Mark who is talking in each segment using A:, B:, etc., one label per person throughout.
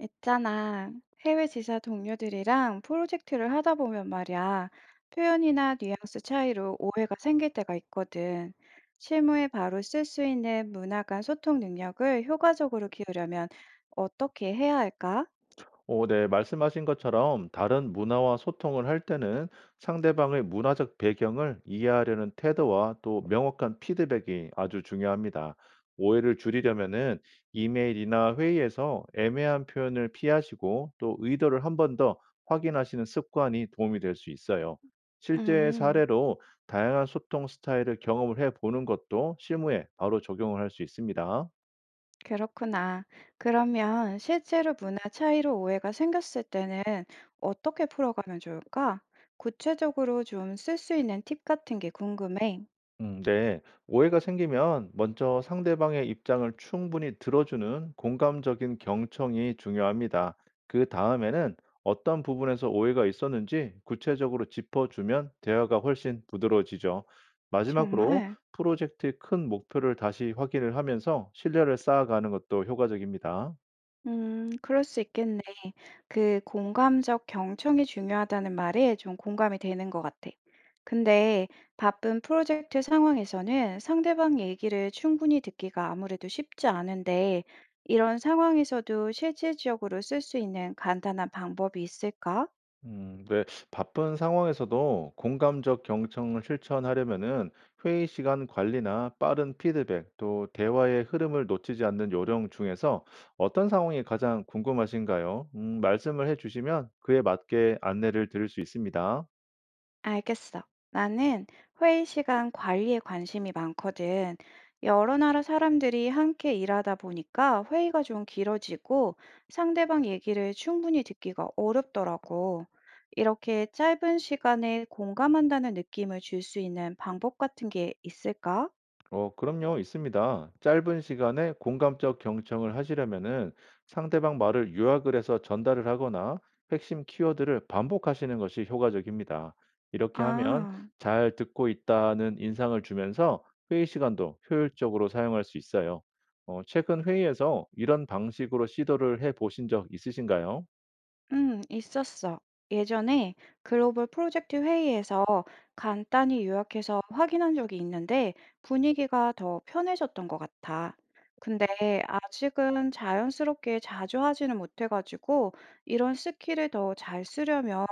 A: 있잖아. 해외 지사 동료들이랑 프로젝트를 하다 보면 말이야. 표현이나 뉘앙스 차이로 오해가 생길 때가 있거든. 실무에 바로 쓸 수 있는 문화 간 소통 능력을 효과적으로 키우려면 어떻게 해야 할까?
B: 네, 말씀하신 것처럼 다른 문화와 소통을 할 때는 상대방의 문화적 배경을 이해하려는 태도와 또 명확한 피드백이 아주 중요합니다. 오해를 줄이려면은 이메일이나 회의에서 애매한 표현을 피하시고 또 의도를 한 번 더 확인하시는 습관이 도움이 될 수 있어요. 실제
A: 음,
B: 사례로 다양한 소통 스타일을 경험을 해 보는 것도 실무에 바로 적용을 할 수 있습니다.
A: 그렇구나. 그러면 실제로 문화 차이로 오해가 생겼을 때는 어떻게 풀어가면 좋을까? 구체적으로 좀 쓸 수 있는 팁 같은 게 궁금해.
B: 네. 오해가 생기면 먼저 상대방의 입장을 충분히 들어주는 공감적인 경청이 중요합니다. 그 다음에는 어떤 부분에서 오해가 있었는지 구체적으로 짚어주면 대화가 훨씬 부드러워지죠. 마지막으로
A: 정말?
B: 프로젝트의 큰 목표를 다시 확인을 하면서 신뢰를 쌓아가는 것도 효과적입니다.
A: 그럴 수 있겠네. 그 공감적 경청이 중요하다는 말에 좀 공감이 되는 것 같아. 근데 바쁜 프로젝트 상황에서는 상대방 얘기를 충분히 듣기가 아무래도 쉽지 않은데, 이런 상황에서도 실질적으로 쓸 수 있는 간단한 방법이 있을까?
B: 네. 바쁜 상황에서도 공감적 경청을 실천하려면은 회의 시간 관리나 빠른 피드백, 또 대화의 흐름을 놓치지 않는 요령 중에서 어떤 상황이 가장 궁금하신가요? 말씀을 해주시면 그에 맞게 안내를 드릴 수 있습니다.
A: 알겠어. 나는 회의 시간 관리에 관심이 많거든. 여러 나라 사람들이 함께 일하다 보니까 회의가 좀 길어지고 상대방 얘기를 충분히 듣기가 어렵더라고. 이렇게 짧은 시간에 공감한다는 느낌을 줄 수 있는 방법 같은 게 있을까?
B: 그럼요, 있습니다. 짧은 시간에 공감적 경청을 하시려면은 상대방 말을 요약을 해서 전달을 하거나 핵심 키워드를 반복하시는 것이 효과적입니다. 이렇게 하면
A: 아.
B: 잘 듣고 있다는 인상을 주면서 회의 시간도 효율적으로 사용할 수 있어요. 최근 회의에서 이런 방식으로 시도를 해 보신 적 있으신가요?
A: 있었어. 예전에 글로벌 프로젝트 회의에서 간단히 요약해서 확인한 적이 있는데 분위기가 더 편해졌던 것 같아. 근데 아직은 자연스럽게 자주 하지는 못해가지고 이런 스킬을 더 잘 쓰려면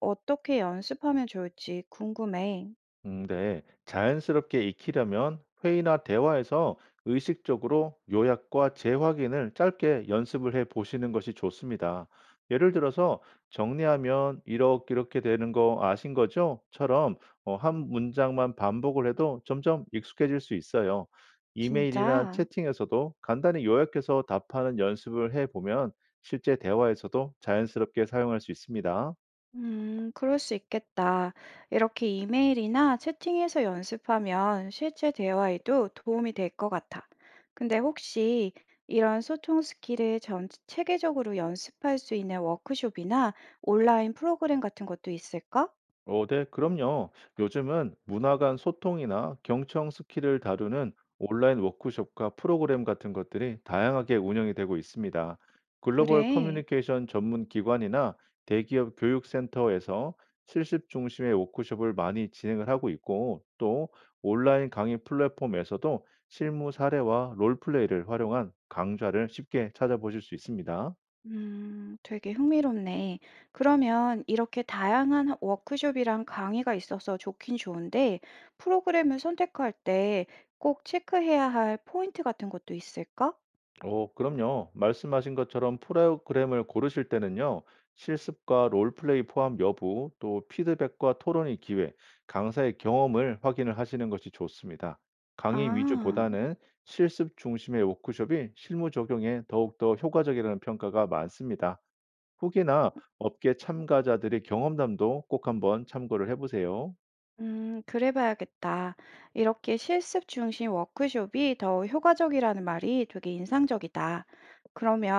A: 어떻게 연습하면 좋을지 궁금해.
B: 네. 자연스럽게 익히려면 회의나 대화에서 의식적으로 요약과 재확인을 짧게 연습을 해 보시는 것이 좋습니다. 예를 들어서 정리하면 이렇게 이렇게 되는 거 아신 거죠? 처럼 한 문장만 반복을 해도 점점 익숙해질 수 있어요. 이메일이나
A: 진짜?
B: 채팅에서도 간단히 요약해서 답하는 연습을 해 보면 실제 대화에서도 자연스럽게 사용할 수 있습니다.
A: 그럴 수 있겠다. 이렇게 이메일이나 채팅에서 연습하면 실제 대화에도 도움이 될 것 같아. 근데 혹시 이런 소통 스킬을 전 체계적으로 연습할 수 있는 워크숍이나 온라인 프로그램 같은 것도 있을까?
B: 네, 그럼요. 요즘은 문화 간 소통이나 경청 스킬을 다루는 온라인 워크숍과 프로그램 같은 것들이 다양하게 운영이 되고 있습니다. 글로벌
A: 그래.
B: 커뮤니케이션 전문 기관이나 대기업 교육센터에서 실습 중심의 워크숍을 많이 진행을 하고 있고, 또 온라인 강의 플랫폼에서도 실무 사례와 롤플레이를 활용한 강좌를 쉽게 찾아보실 수 있습니다.
A: 되게 흥미롭네. 그러면 이렇게 다양한 워크숍이랑 강의가 있어서 좋긴 좋은데, 프로그램을 선택할 때 꼭 체크해야 할 포인트 같은 것도 있을까?
B: 오, 그럼요. 말씀하신 것처럼 프로그램을 고르실 때는요, 실습과 롤플레이 포함 여부, 또 피드백과 토론의 기회, 강사의 경험을 확인을 하시는 것이 좋습니다. 강의
A: 아,
B: 위주보다는 실습 중심의 워크숍이 실무 적용에 더욱더 효과적이라는 평가가 많습니다. 후기나 업계 참가자들의 경험담도 꼭 한번 참고를 해보세요.
A: 그래 봐야겠다. 이렇게 실습 중심 워크숍이 더 효과적이라는 말이 되게 인상적이다. 그러면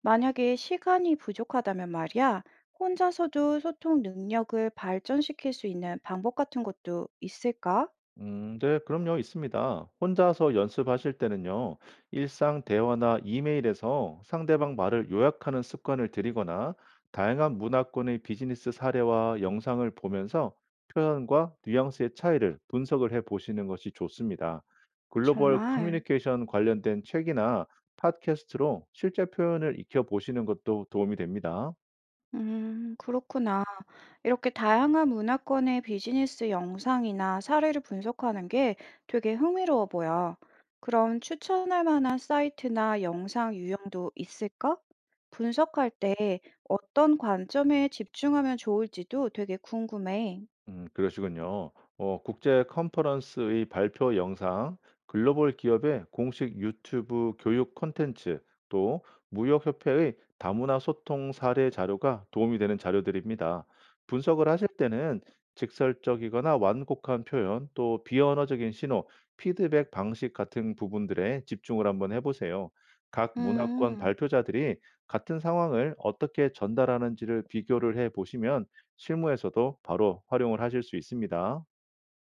A: 만약에 시간이 부족하다면 말이야, 혼자서도 소통 능력을 발전시킬 수 있는 방법 같은 것도 있을까?
B: 네, 그럼요, 있습니다. 혼자서 연습하실 때는요, 일상 대화나 이메일에서 상대방 말을 요약하는 습관을 들이거나, 다양한 문화권의 비즈니스 사례와 영상을 보면서 표현과 뉘앙스의 차이를 분석을 해 보시는 것이 좋습니다. 글로벌
A: 정말,
B: 커뮤니케이션 관련된 책이나 팟캐스트로 실제 표현을 익혀 보시는 것도 도움이 됩니다.
A: 그렇구나. 이렇게 다양한 문화권의 비즈니스 영상이나 사례를 분석하는 게 되게 흥미로워 보여. 그럼 추천할 만한 사이트나 영상 유형도 있을까? 분석할 때 어떤 관점에 집중하면 좋을지도 되게 궁금해.
B: 그러시군요. 국제 컨퍼런스의 발표 영상, 글로벌 기업의 공식 유튜브 교육 콘텐츠, 또 무역협회의 다문화 소통 사례 자료가 도움이 되는 자료들입니다. 분석을 하실 때는 직설적이거나 완곡한 표현, 또 비언어적인 신호, 피드백 방식 같은 부분들에 집중을 한번 해보세요. 각 문화권
A: 음.
B: 발표자들이 같은 상황을 어떻게 전달하는지를 비교를 해 보시면 실무에서도 바로 활용을 하실 수 있습니다.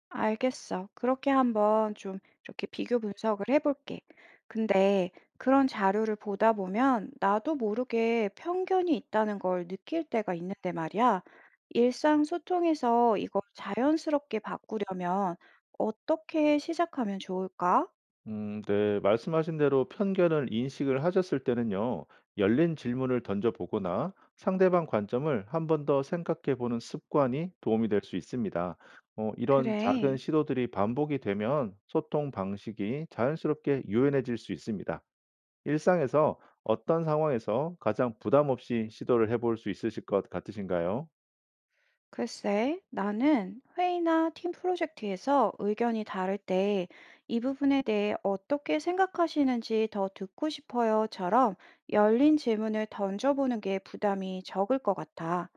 A: 알겠어. 그렇게 한번 좀 이렇게 비교 분석을 해볼게. 근데 그런 자료를 보다 보면 나도 모르게 편견이 있다는 걸 느낄 때가 있는데 말이야. 일상 소통에서 이걸 자연스럽게 바꾸려면 어떻게 시작하면 좋을까?
B: 네. 말씀하신 대로 편견을 인식을 하셨을 때는요, 열린 질문을 던져보거나 상대방 관점을 한 번 더 생각해 보는 습관이 도움이 될 수 있습니다. 이런 작은
A: 그래.
B: 시도들이 반복이 되면 소통 방식이 자연스럽게 유연해질 수 있습니다. 일상에서 어떤 상황에서 가장 부담 없이 시도를 해볼 수 있으실 것 같으신가요?
A: 글쎄, 나는 회의나 팀 프로젝트에서 의견이 다를 때 이 부분에 대해 어떻게 생각하시는지 더 듣고 싶어요처럼 열린 질문을 던져보는 게 부담이 적을 것 같아.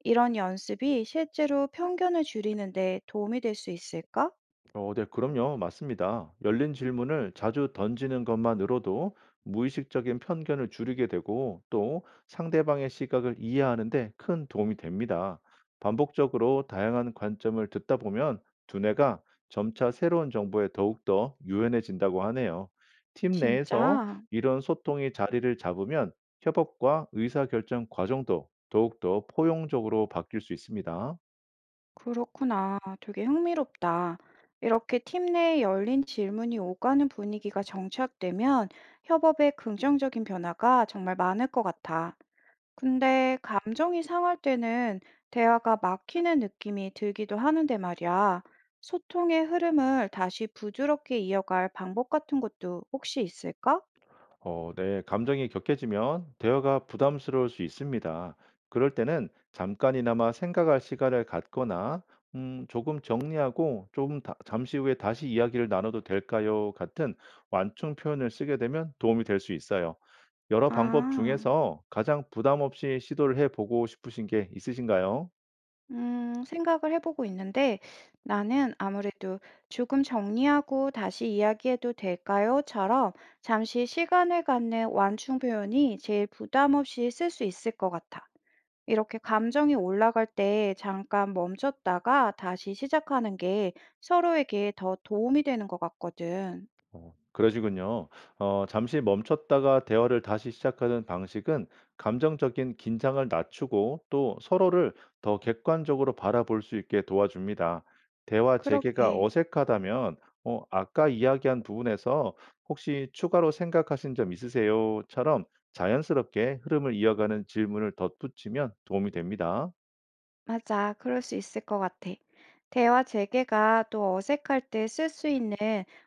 A: 이런 연습이 실제로 편견을 줄이는데 도움이 될 수 있을까?
B: 네, 그럼요. 맞습니다. 열린 질문을 자주 던지는 것만으로도 무의식적인 편견을 줄이게 되고 또 상대방의 시각을 이해하는데 큰 도움이 됩니다. 반복적으로 다양한 관점을 듣다 보면 두뇌가 점차 새로운 정보에 더욱더 유연해진다고 하네요. 팀 내에서
A: 진짜?
B: 이런 소통이 자리를 잡으면 협업과 의사결정 과정도 더욱더 포용적으로 바뀔 수 있습니다.
A: 그렇구나. 되게 흥미롭다. 이렇게 팀 내에 열린 질문이 오가는 분위기가 정착되면 협업에 긍정적인 변화가 정말 많을 것 같아. 근데 감정이 상할 때는 대화가 막히는 느낌이 들기도 하는데 말이야. 소통의 흐름을 다시 부드럽게 이어갈 방법 같은 것도 혹시 있을까?
B: 네. 감정이 격해지면 대화가 부담스러울 수 있습니다. 그럴 때는 잠깐이나마 생각할 시간을 갖거나, 조금 정리하고 잠시 후에 다시 이야기를 나눠도 될까요? 같은 완충 표현을 쓰게 되면 도움이 될 수 있어요. 여러 방법
A: 아,
B: 중에서 가장 부담 없이 시도를 해보고 싶으신 게 있으신가요?
A: 생각을 해보고 있는데 나는 아무래도 조금 정리하고 다시 이야기해도 될까요?처럼 잠시 시간을 갖는 완충 표현이 제일 부담 없이 쓸 수 있을 것 같아. 이렇게 감정이 올라갈 때 잠깐 멈췄다가 다시 시작하는 게 서로에게 더 도움이 되는 것 같거든.
B: 그러시군요. 잠시 멈췄다가 대화를 다시 시작하는 방식은 감정적인 긴장을 낮추고 또 서로를 더 객관적으로 바라볼 수 있게 도와줍니다. 대화 재개가
A: 그러게.
B: 어색하다면 "아까 이야기한 부분에서 혹시 추가로 생각하신 점 있으세요?"처럼 자연스럽게 흐름을 이어가는 질문을 덧붙이면 도움이 됩니다.
A: 맞아. 그럴 수 있을 것 같아. 대화 재개가 또 어색할 때 쓸 수 있는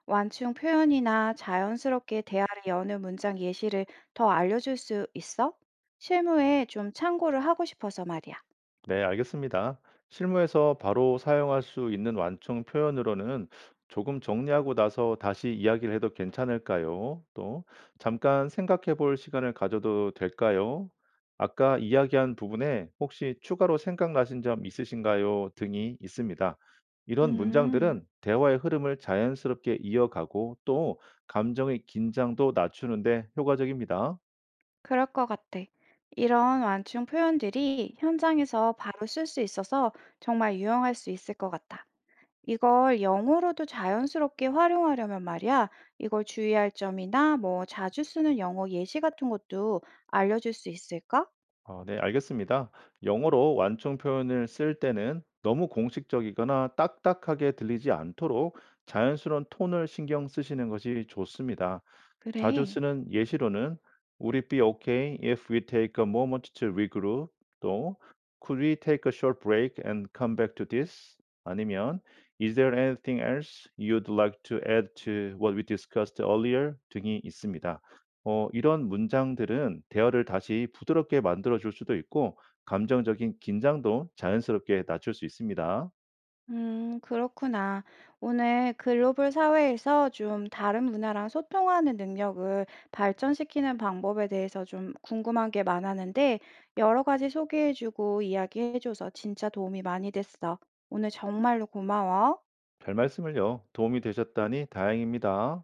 A: 완충 표현이나 자연스럽게 대화를 여는 문장 예시를 더 알려줄 수 있어? 실무에 좀 참고를 하고 싶어서 말이야.
B: 네, 알겠습니다. 실무에서 바로 사용할 수 있는 완충 표현으로는 조금 정리하고 나서 다시 이야기를 해도 괜찮을까요? 또, 잠깐 생각해 볼 시간을 가져도 될까요? 아까 이야기한 부분에 혹시 추가로 생각나신 점 있으신가요? 등이 있습니다. 이런
A: 음.
B: 문장들은 대화의 흐름을 자연스럽게 이어가고 또 감정의 긴장도 낮추는데 효과적입니다.
A: 그럴 것 같아. 이런 완충 표현들이 현장에서 바로 쓸 수 있어서 정말 유용할 수 있을 것 같아. 이걸 영어로도 자연스럽게 활용하려면 말이야, 이걸 주의할 점이나 뭐 자주 쓰는 영어 예시 같은 것도 알려줄 수 있을까?
B: 네, 알겠습니다. 영어로 완충 표현을 쓸 때는 너무 공식적이거나 딱딱하게 들리지 않도록 자연스러운 톤을 신경 쓰시는 것이 좋습니다. 자주
A: 그래.
B: 쓰는 예시로는 "Would it be okay if we take a moment to regroup?" 또 "Could we take a short break and come back to this?" 아니면 "Is there anything else you'd like to add to what we discussed earlier?" 등이 있습니다. 이런 문장들은 대화를 다시 부드럽게 만들어 줄 수도 있고 감정적인 긴장도 자연스럽게 낮출 수 있습니다.
A: 그렇구나. 오늘 글로벌 사회에서 좀 다른 문화랑 소통하는 능력을 발전시키는 방법에 대해서 좀 궁금한 게 많았는데, 여러 가지 소개해주고 이야기해줘서 진짜 도움이 많이 됐어. 오늘 정말로 고마워.
B: 별말씀을요. 도움이 되셨다니 다행입니다.